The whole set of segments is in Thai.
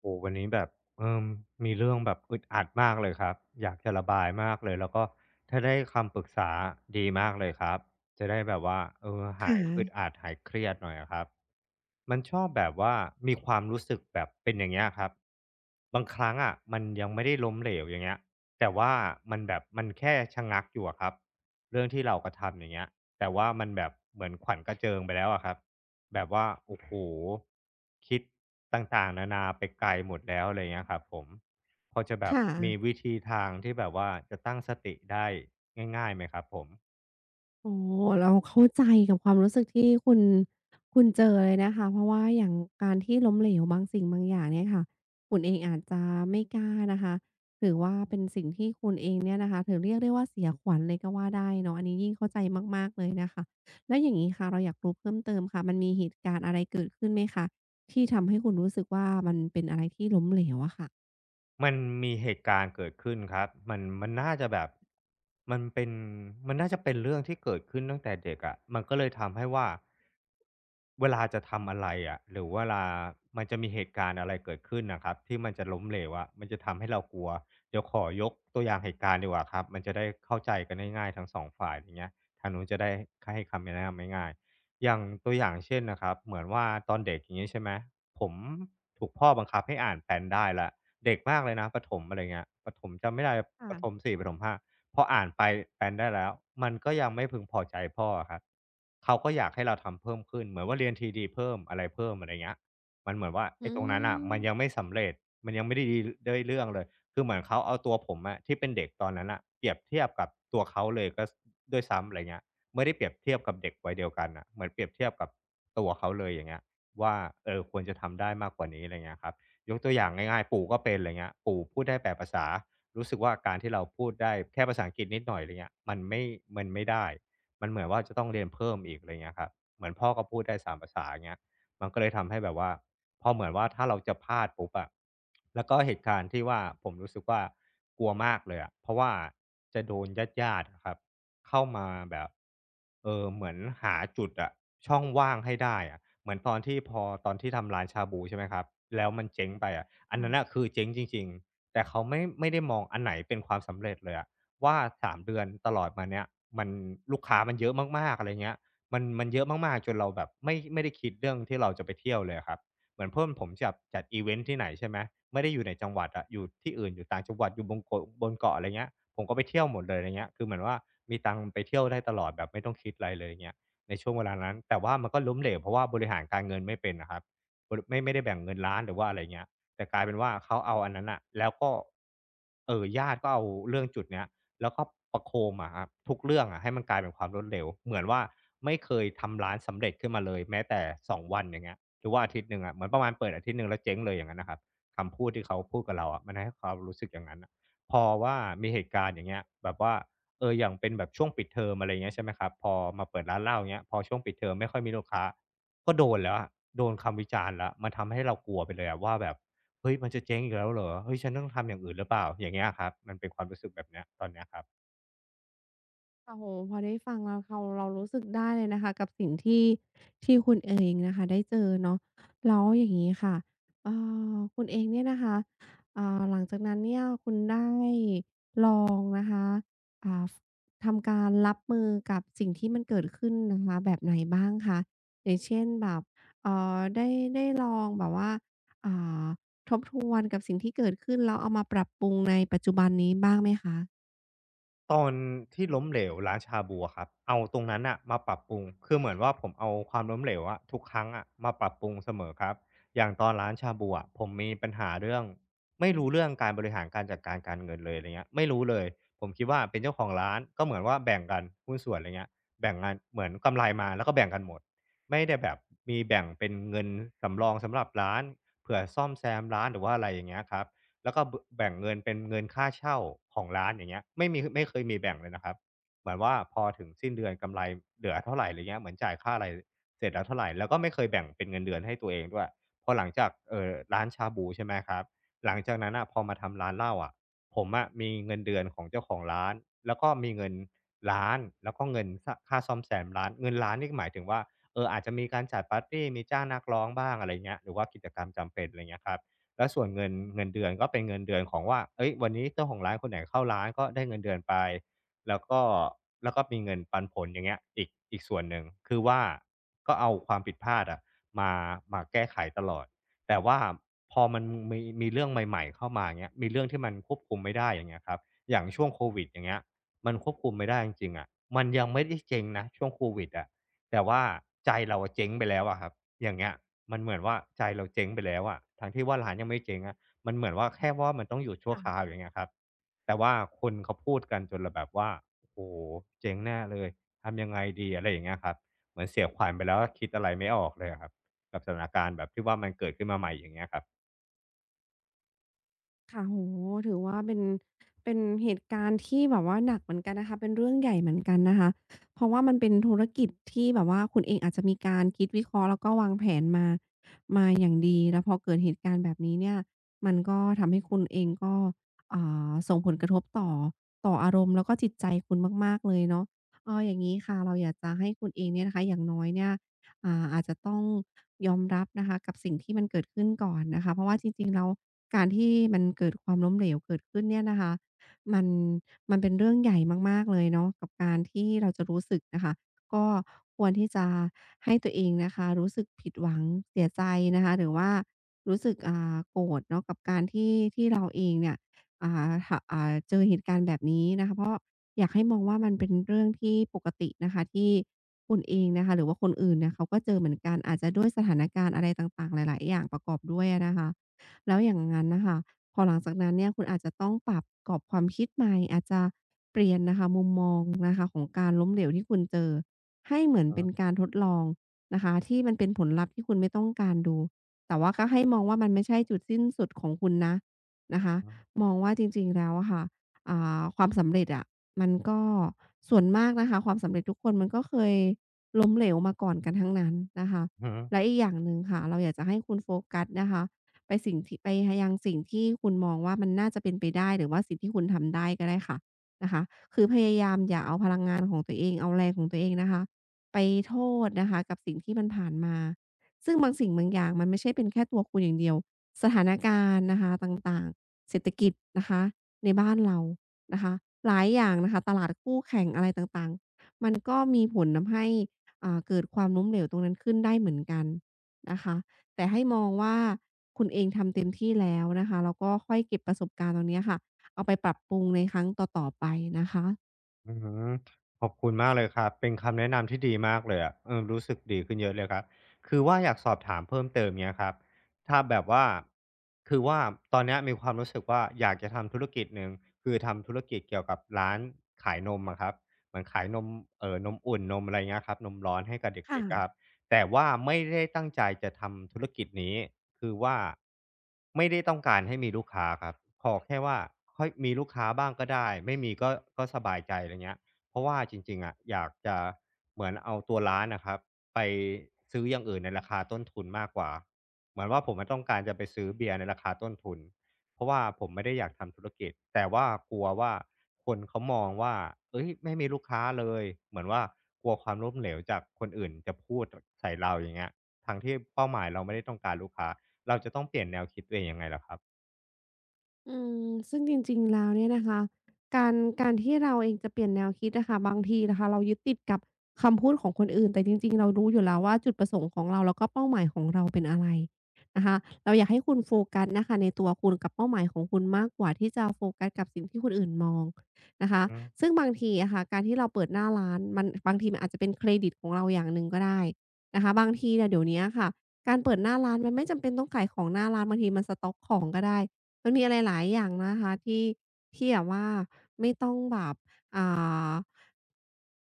โอ้วันนี้แบบเออมีเรื่องแบบอึดอัดมากเลยครับอยากจะระบายมากเลยแล้วก็ถ้าได้คำปรึกษาดีมากเลยครับจะได้แบบว่าคหายอึด่ะอัดหายเครียดหน่อยอะครับมันชอบแบบว่ามีความรู้สึกแบบเป็นอย่างเงี้ยครับบางครั้งอะมันยังไม่ได้ล้มเหลวอย่างเงี้ยแต่ว่ามันแค่ชะงักอยู่อะครับเรื่องที่เรากระทำอย่างเงี้ยแต่ว่ามันแบบเหมือนขวัญกระเจิงไปแล้วอะครับ แบบว่าโอ้โหคิดต่างๆนานาไปไกลหมดแล้วอะไรเงี้ยครับผมพอจะแบบค่ะ มีวิธีทางที่แบบว่าจะตั้งสติได้ง่ายๆไหมครับผม โอ้เราเข้าใจกับความรู้สึกที่คุณเจอเลยนะคะ เพราะว่าอย่างการที่ล้มเหลวบางสิ่งบางอย่างเนี่ยค่ะคุณเองอาจจะไม่กล้านะคะถือว่าเป็นสิ่งที่คุณเองเนี่ยนะคะถือเรียกได้ว่าเสียขวัญเลยก็ว่าได้เนาะอันนี้ยิ่งเข้าใจมากๆเลยนะคะแล้วอย่างงี้ค่ะเราอยากรู้เพิ่มเติมค่ะมันมีเหตุการณ์อะไรเกิดขึ้นไหมคะที่ทำให้คุณรู้สึกว่ามันเป็นอะไรที่ล้มเหลวอะค่ะมันมีเหตุการณ์เกิดขึ้นครับมันน่าจะแบบมันเป็นมันน่าจะเป็นเรื่องที่เกิดขึ้นตั้งแต่เด็กอะะมันก็เลยทำให้ว่าเวลาจะทำอะไรอะะหรือเวลามันจะมีเหตุการณ์อะไรเกิดขึ้นนะครับที่มันจะล้มเหลวอะะมันจะทำให้เรากลัวเดี๋ยวขอยกตัวอย่างเหตุการณ์ดีกว่าครับมันจะได้เข้าใจกันง่ายๆทั้งสองฝ่ายอย่างเงี้ยทางนู้นจะได้ให้คำแนะนำง่ายๆอย่างตัวอย่างเช่นนะครับเหมือนว่าตอนเด็กอย่างเงี้ยใช่ไหมผมถูกพ่อบังคับให้อ่าน p a นได้ละ เด็กมากเลยนะประถมอะไรเงี้ยประถมจำไม่ได้ประถมค่ะสี่ประถมห้าพออ่านไปแปลนได้แล้วมันก็ยังไม่พึงพอใจพ่ออะครับเขาก็อยากให้เราทำเพิ่มขึ้นเหมือนว่าเรียน TD เพิ่มอะไรเพิ่มอะไรเงี้ยมันเหมือนว่าอืไอ้ตรงนั้นน่ะมันยังมไม่สำเร็จมันยังไม่ได้ดีได้เรื่องเลยคือเหมือนเขาเอาตัวผมอะที่เป็นเด็กตอนนั้นน่ะเปรียบเทียบกับตัวเขาเลยก็สด้วยซ้ำอะไรเงี้ยไม่ได้เปรียบเทียบกับเด็กวัยเดียวกันน่ะเหมือนเปรียบเทียบกับตัวเขาเลยอย่างเงี้ยว่าควรจะทำได้มากกว่านี้อะไรเงี้ยครับ ยกตัวอย่างง่ายๆปู่ก็เป็นอะไรเงี้ยปู่พูดได้8 ภาษารู้สึกว่าการที่เราพูดได้แค่ภาษาอังกฤษนิดหน่อยอะไรเงี้ยมันไม่ได้มันเหมือนว่าจะต้องเรียนเพิ่มอีกอะไรเงี้ยครับเหมือนพ่อก็พูดได้3ภาษาอย่างเงี้ยมันก็เลยทำให้แบบว่าพอเหมือนว่าถ้าเราจะพลาดปุ๊บอะแล้วก็เหตุการณ์ที่ว่าผมรู้สึกว่ากลัวมากเลยอะเพราะว่าจะโดนญาติๆอะครับ เข้ามาแบบเหมือนหาจุดอะช่องว่างให้ได้อะเหมือนตอนที่พอตอนที่ทำร้านชาบูใช่ไหมครับแล้วมันเจ๊งไปอะอันนั้นอะค่ะ คือเจ๊งจริงๆแต่เขาไม่ได้มองอันไหนเป็นความสำเร็จเลยอะว่า3เดือนตลอดมาเนี้ยมันลูกค้ามันเยอะมากๆอะไรเงี้ยมันมันเยอะมากๆจนเราแบบไม่ได้คิดเรื่องที่เราจะไปเที่ยวเลยครับ เหมือนเพื่อนผมจับจัดอีเวนท์ที่ไหนใช่ไหมไม่ได้อยู่ในจังหวัดอะอยู่ที่อื่นอยู่ต่างจังหวัดอยู่บนโกาะบนเกาะอะไรเงี้ยผมก็ไปเที่ยวหมดเลยอะไรเงี้ยคือเหมือนว่ามีตังค์ไปเที่ยวได้ตลอดแบบไม่ต้องคิดอะไรเลยเงี้ยในช่วงเวลานั้นแต่ว่ามันก็ล้มเหลวเพราะว่าบริหารการเงินไม่เป็นนะครับบริไม่ไม่ได้แบ่งเงินล้านหรือว่าอะไรเงี้ยแต่กลายเป็นว่าเขาเอาอันนั้นอะแล้วก็ญาติก็เอาเรื่องจุดเนี้ยแล้วก็ประโคมอะครับทุกเรื่องอะให้มันกลายเป็นความล้มเหลวเหมือนว่าไม่เคยทำร้านสำเร็จขึ้นมาเลยแม้แต่2 วันอย่างเงี้ย หรือว่าอาทิตย์หนึ่งอะเหมือนประมาณเปิดอาทิตย์หนึ่งแล้วเจ๊งเลยอย่างนั้นนะครับคำพูดที่เขาพูดกับเราอะมันให้ความรู้สึกอย่างนั้นอะพอว่ามีเหตุการณ์อย่างเงี้ยแบบว่าอย่างเป็นแบบช่วงปิดเทอมอะไรเงี้ยใช่ไหมครับพอมาเปิดร้านเหล้าเงี้ยพอช่วงปิดเทอมไม่ค่อยมีลูกค้าก็โดนแล้วอะโดนคำวิจารณ์แล้วมันทำให้เรากลัวไปเลยอะว่าแบบเฮ้ยมันจะเจ๊งอีกแล้วเหรอเฮ้ยฉันต้องทำอย่างอื่นหรือเปล่าอย่างเงี้ยครับมันเป็นความรู้สึกแบบเนี้ยตอนเนี้ยครับ โอ้โฮพอได้ฟังแล้วเรารู้สึกได้เลยนะคะกับสิ่งที่คุณเองนะคะได้เจอเนาะแล้วอย่างงี้ค่ะเอ่คุณเองเนี่ยนะคะอ่าหลังจากนั้นเนี่ยคุณได้ลองนะคะอ่าฟทำการรับมือกับสิ่งที่มันเกิดขึ้นนะคะแบบไหนบ้างคะอย่างเช่นแบบเอ่อได้ได้ลองแบบว่าอ่าทบทวนกับสิ่งที่เกิดขึ้นแล้วเอามาปรับปรุงในปัจจุบันนี้บ้างไหมคะ ตอนที่ล้มเหลวร้านชาบูอะครับ เอาตรงนั้นอะมาปรับปรุงคือเหมือนว่าผมเอาความล้มเหลวอะทุกครั้งอะมาปรับปรุงเสมอครับ อย่างตอนร้านชาบูอะผมมีปัญหาเรื่องไม่รู้เรื่องการบริหารการจัดการการเงินเลยอะไรเงี้ยไม่รู้เลย ผมคิดว่าเป็นเจ้าของร้านก็เหมือนว่าแบ่งกันหุ้นส่วนอะไรเงี้ยแบ่งงานเหมือนกำไรมาแล้วก็แบ่งกันหมดไม่ได้แบบมีแบ่งเป็นเงินสำรองสำหรับร้านเผื่อซ่อมแซมร้านหรือว่าอะไรอย่างเงี้ยครับ แล้วก็แบ่งเงินเป็นเงินค่าเช่าของร้านอย่างเงี้ยไม่มีไม่เคยมีแบ่งเลยนะครับเหมือนว่าพอถึงสิ้นเดือนกำไรเหลือเท่าไรเงี้ยเหมือนจ่ายค่าอะไรเสร็จแล้วเท่าไรแล้วก็ไม่เคยแบ่งเป็นเงินเดือนให้ตัวเองด้วยพอหลังจากร้านชาบูใช่ไหมครับหลังจากนั้นน่ะพอมาทำร้านเหล้าอะผมอะมีเงินเดือนของเจ้าของร้านแล้วก็มีเงินร้านแล้วก็เงินค่าซ่อมแซมร้านเงินร้านนี่หมายถึงว่าอาจจะมีการจัดปาร์ตีมีจ้างนักร้องบ้างอะไรเงี้ยหรือว่ากิจกรรมจำเป็นไรเงี้ยครับ แล้วส่วนเงินเดือนก็เป็นเงินเดือนของว่าเฮ้ยวันนี้เจ้าของร้านคนไหนเข้าร้านก็ได้เงินเดือนไปแล้วก็มีเงินปันผลอย่างเงี้ยอีกส่วนหนึ่งคือว่าก็เอาความผิดพลาดอะมาแก้ไขตลอด แต่ว่าพอมันมีเรื่องใหม่ๆเข้ามาอย่างเงี้ยมีเรื่องที่มันควบคุมไม่ได้อย่างเงี้ยครับอย่างช่วงโควิดอย่างเงี้ยมันควบคุมไม่ได้จริงๆอะมันยังไม่ได้เจ๊งนะช่วงโควิดอะ แต่ว่าใจเราอะเจ๊งไปแล้วอะครับอย่างเงี้ยมันเหมือนว่าใจเราเจ๊งไปแล้วอะทั้งที่ว่าร้านยังไม่เจ๊งอะมันเหมือนว่าแค่ว่ามันต้องหยุดชั่วคราวอย่างเงี้ยครับแต่ว่าคนเขาพูดกันจนเราแบบว่าโอ้โฮเจ๊งแน่เลยทำยังไงดีอะไรอย่างเงี้ยครับเหมือนเสียขวัญไปแล้วอะคิดอะไรไม่ออกเลยอะครับกับสถานการณ์แบบที่ว่ามันเกิดขึ้นมาใหม่อย่างเงี้ยครับค่ะโอ้โฮถือว่าเป็นเป็นเหตุการณ์ที่แบบว่าหนักเหมือนกันนะคะเป็นเรื่องใหญ่เหมือนกันนะคะเพราะว่ามันเป็นธุรกิจที่แบบว่าคุณเองอาจจะมีการคิดวิเคราะห์แล้วก็วางแผนมาอย่างดีแล้วพอเกิดเหตุการณ์แบบนี้เนี่ยมันก็ทำให้คุณเองก็อ่าส่งผลกระทบต่ออารมณ์แล้วก็จิตใจคุณมากๆเลยเนาะเอออย่างงี้ค่ะเราอยากจะให้คุณเองเนี่ยนะคะอย่างน้อยเนี่ย อ่าอาจจะต้องยอมรับนะคะกับสิ่งที่มันเกิดขึ้นก่อนนะคะเพราะว่าจริงๆแล้วการที่มันเกิดความล้มเหลวเกิดขึ้นเนี่ยนะคะมันมันเป็นเรื่องใหญ่มากๆเลยเนาะกับการที่เราจะรู้สึกนะคะก็ควรที่จะให้ตัวเองนะคะรู้สึกผิดหวังเสียใจนะคะหรือว่ารู้สึกอ่าโกรธเนาะกับการที่เราเองเนี่ยอ่าหอ่าเจอเหตุการณ์แบบนี้นะคะเพราะ อยากให้มองว่ามันเป็นเรื่องที่ปกตินะคะที่คุณเองนะคะหรือว่าคนอื่นเนี่ยเขาก็เจอเหมือนกันอาจจะด้วยสถานการณ์อะไรต่างๆหลายๆอย่างประกอบด้วยอะนะคะแล้วอย่างงั้นน่ะค่ะพอหลังจากนั้นเนี่ยคุณอาจจะต้องปรับกรอบความคิดใหม่อาจจะเปลี่ยนนะคะมุมมองนะคะของการล้มเหลวที่คุณเจอให้เหมือนอือเป็นฮึการทดลองนะคะที่มันเป็นผลลัพธ์ที่คุณไม่ต้องการดูแต่ว่าก็ให้มองว่ามันไม่ใช่จุดสิ้นสุดของคุณนะนะคะอืมองว่าจริงๆแล้วอะค่ะอ่าความสำเร็จอะ มันก็ส่วนมากนะคะความสำเร็จทุกคนมันก็เคยล้มเหลวมาก่อนกันทั้งนั้นนะคะอฮึ และอีกอย่างหนึ่งค่ะเราอยากจะให้คุณโฟกัสนะคะไปยังสิ่งที่คุณมองว่ามันน่าจะเป็นไปได้หรือว่าสิ่งที่คุณทำได้ก็ได้ค่ะนะคะคือพยายามอย่าเอาพลังงานของตัวเองเอาแรงของตัวเองนะคะไปโทษนะคะกับสิ่งที่มันผ่านมาซึ่งบางสิ่งบางอย่างมันไม่ใช่เป็นแค่ตัวคุณอย่างเดียวสถานการณ์นะคะต่างๆเศรษฐกิจนะคะในบ้านเรา นะคะหลายอย่างนะคะตลาดคู่แข่งอะไรต่างๆมันก็มีผลทำให้อ่าเกิดความล้มเหลวตรงนั้นขึ้นได้เหมือนกันนะคะแต่ให้มองว่าคุณเองทำเต็มที่แล้วนะคะแล้วก็ค่อยเก็บประสบการณ์ตรงเนี้ยค่ะเอาไปปรับปรุงในครั้งต่อๆไปนะคะอืมขอบคุณมากเลยครับเป็นคำแนะนำที่ดีมากเลยอะเออรู้สึกดีขึ้นเยอะเลยครับคือว่าอยากสอบถามเพิ่มเติมเงี้ยครับถ้าแบบว่าคือว่าตอนเนี้ยมีความรู้สึกว่าอยากจะทำธุรกิจหนึ่งคือทำธุรกิจเกี่ยวกับร้านขายนมอะครับเหมือนขายนมนมอุ่นนมอะไรเงี้ยครับนมร้อนให้กับค่ะ เด็กๆอะครับ แต่ว่าไม่ได้ตั้งใจจะทำธุรกิจนี้คือว่าไม่ได้ต้องการให้มีลูกค้าครับขอแค่ว่าค่อยมีลูกค้าบ้างก็ได้ไม่มีก็สบายใจอะไรเงี้ยเพราะว่าจริงๆอะอยากจะเหมือนเอาตัวร้านน่ะครับไปซื้ออย่างอื่นในราคาต้นทุนมากกว่าเหมือนว่าผมอะต้องการจะไปซื้อเบียร์ในราคาต้นทุน เพราะว่าผมไม่ได้อยากทำธุรกิจแต่ว่ากลัวว่าคนเขามองว่าเอ้ยไม่มีลูกค้าเลยเหมือนว่ากลัวความล้มเหลวจากคนอื่นจะพูดใส่เราอย่างเงี้ยทั้งที่เป้าหมายเราไม่ได้ต้องการลูกค้าเราจะต้องเปลี่ยนแนวคิดตัวเองยังไงล่ะครับอืมซึ่งจริงๆ แล้วเนี่ยนะคะการการที่เราเองจะเปลี่ยนแนวคิดอะค่ะบางทีนะคะเรายึดติดกับคำพูดของคนอื่นแต่จริงๆ เรารู้อยู่แล้วว่าจุดประสงค์ของเราแล้วก็เป้าหมายของเราเป็นอะไรนะคะเราอยากให้คุณโฟกัสนะคะในตัวคุณกับเป้าหมายของคุณมากกว่าที่จะโฟกัสกับสิ่งที่คนอื่นมองนะคะอืมๆซึ่งบางทีอะค่ะการที่เราเปิดหน้าร้านมันบางทีมันอาจจะเป็นเครดิตของเราอย่างหนึ่งก็ได้นะคะบางทีเนี่ยเดี๋ยวเนี้ยค่ะ การเปิดหน้าร้านมันไม่จำเป็นต้องขายของหน้าร้านบางทีมันสต๊อกของก็ได้มันมีอะไรหลายอย่างนะคะที่ที่แบบว่าไม่ต้องแบบอ่า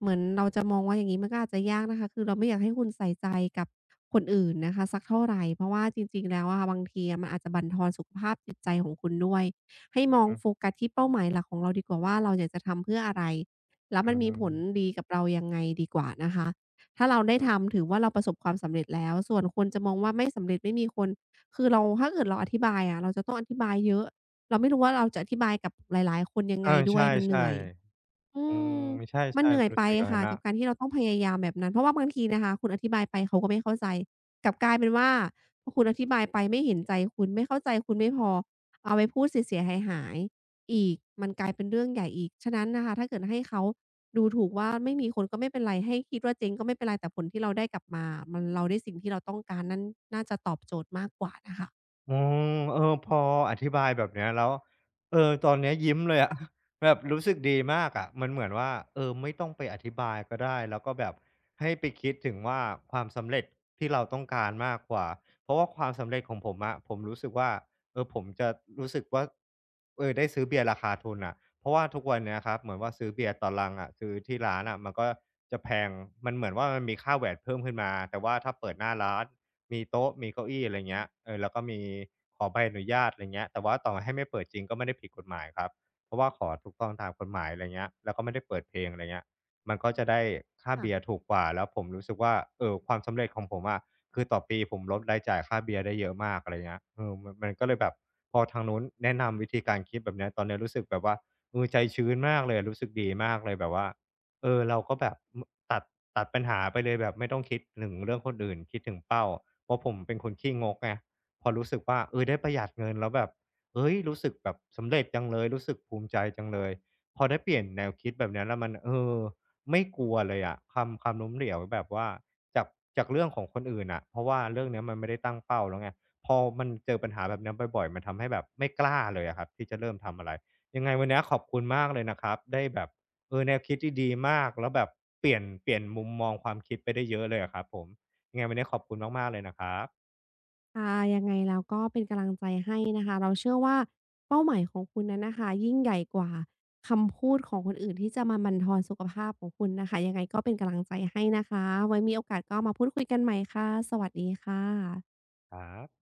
เหมือนเราจะมองว่าอย่างงี้มันก็อาจจะยากนะคะคือเราไม่อยากให้คุณใส่ใจกับคนอื่นนะคะสักเท่าไรเพราะว่าจริงๆแล้วอะค่ะบางทีอะมันอาจจะบั่นทอนสุขภาพจิตใจของคุณด้วยให้มองอโฟกัสที่เป้าหมายหลักของเราดีกว่าว่าเราอยากจะทำเพื่ออะไรแล้วอืมันมีผมลๆดีกับเรายังไงดีกว่านะคะ ถ้าเราได้ทำถือว่าเราประสบความสำเร็จแล้วส่วนคนจะมองว่าไม่สำเร็จไม่มีคนคือเราถ้าเกิดเราอธิบายอะเราจะต้องอธิบายเยอะเราไม่รู้ว่าเราจะอธิบายกับหลายๆ คนยังเอไงอาด้วยใช่มันเหนื่อย อืๆอืมมใช่มันเหนื่อยๆรู้ไปสึกอย่างงั้ค่ะนนะ กับการที่เราต้องพยายามแบบนั้นเพราะว่าบางทีนะคะคุณอธิบายไปเขาก็ไม่เข้าใจกลับกลายเป็นว่าพอคุณอธิบายไปไม่เห็นใจคุณไม่เข้าใจคุณไม่พอเอาไปพูดเสียๆหายๆอีกมันกลายเป็นเรื่องใหญ่อีกฉะนั้นนะคะถ้าเกิดให้เขาดูถูกว่าไม่มีคนก็ไม่เป็นไรให้คิดว่าเจ๊งก็ไม่เป็นไรแต่ผลที่เราได้กลับมามันเราได้สิ่งที่เราต้องการนั่นน่าจะตอบโจทย์มากกว่านะคะอ๋อเออพออธิบายแบบเนี้ยแล้วเออตอนเนี้ยยิ้มเลยอะ แบบรู้สึกดีมากอะมันเหมือนว่าเออไม่ต้องไปอธิบายก็ได้แล้วก็แบบให้ไปคิดถึงว่าความสำเร็จที่เราต้องการมากกว่าเพราะว่าความสำเร็จของผมอะผมรู้สึกว่าเออผมจะรู้สึกว่าเออได้ซื้อเบียร์ราคาทุนอะเพราะว่าทุกวันเนี้ยครับเหมือนว่าซื้อเบียร์ตอนลังอะซื้อที่ร้านอะมันก็จะแพงมันเหมือนว่ามันมีค่า v ว t เพิ่มขึ้นมาแต่ว่าถ้าเปิดหน้าร้าน มีโต๊ะมีเก้าอี้อะไรเงี้ยเออแล้วก็มีขอใบอนุญาตอะไรเงี้ยแต่ว่าต่อให้ไม่เปิดจริงก็ไม่ได้ผิดกฎหมายครับเพราะว่าขอถูกต้องตามกฎหมายอะไรเงี้ยแล้วก็ไม่ได้เปิดเพลงอะไรเงี้ยมันก็จะได้ค่าค่ะ เบียร์ถูกกว่าแล้วผมรู้สึกว่าความสำเร็จของผมอะคือต่อปีผมลดรายจ่ายค่าเบียร์ได้เยอะมากอะไรเงี้ยเออมันก็เลยแบบพอทางนู้นแนะนำวิธีการคิดแบบเนี้ยตอนเนี้ยรู้สึกแบบว่าเออใจชื้นมากเลยรู้สึกดีมากเลยแบบว่าเออเราก็แบบ ตัดปัญหาไปเลยแบบไม่ต้องคิดถึงเรื่องคนอื่นคิดถึงเป้าเพราะผมเป็นคนขี้งกไงพอรู้สึกว่าเออได้ประหยัดเงินแล้วแบบเฮ้ยรู้สึกแบบสำเร็จจังเลยรู้สึกภูมิใจจังเลยพอได้เปลี่ยนแนวคิดแบบเนี้ยแล้วมันเออไม่กลัวเลยอะความล้มเหลวแบบว่าจากเรื่องของคนอื่นน่ะเพราะว่าเรื่องเนี้ยมันไม่ได้ตั้งเป้าแล้วไงพอมันเจอปัญหาแบบเนี้ยบ่อยๆมันทำให้แบบไม่กล้าเลยอะครับที่จะเริ่มทำอะไรยังไงวันเนี้ยขอบคุณมากเลยนะครับได้แบบ เออแนวคิดที่ดีมากแล้วแบบเปลี่ยนมุมมองความคิดไปได้เยอะเลยอะครับผมยังไงวันนี้ขอบคุณมากๆเลยนะครับค่ะยังไงแล้วก็เป็นกำลังใจให้นะคะเราเชื่อว่าเป้าหมายของคุณนั้นนะคะยิ่งใหญ่กว่าคำพูดของคนอื่นที่จะมาบั่นทอนสุขภาพของคุณนะคะยังไงก็เป็นกำลังใจให้นะคะไว้มีโอกาสก็มาพูดคุยกันใหม่ค่ะสวัสดีค่ะครับ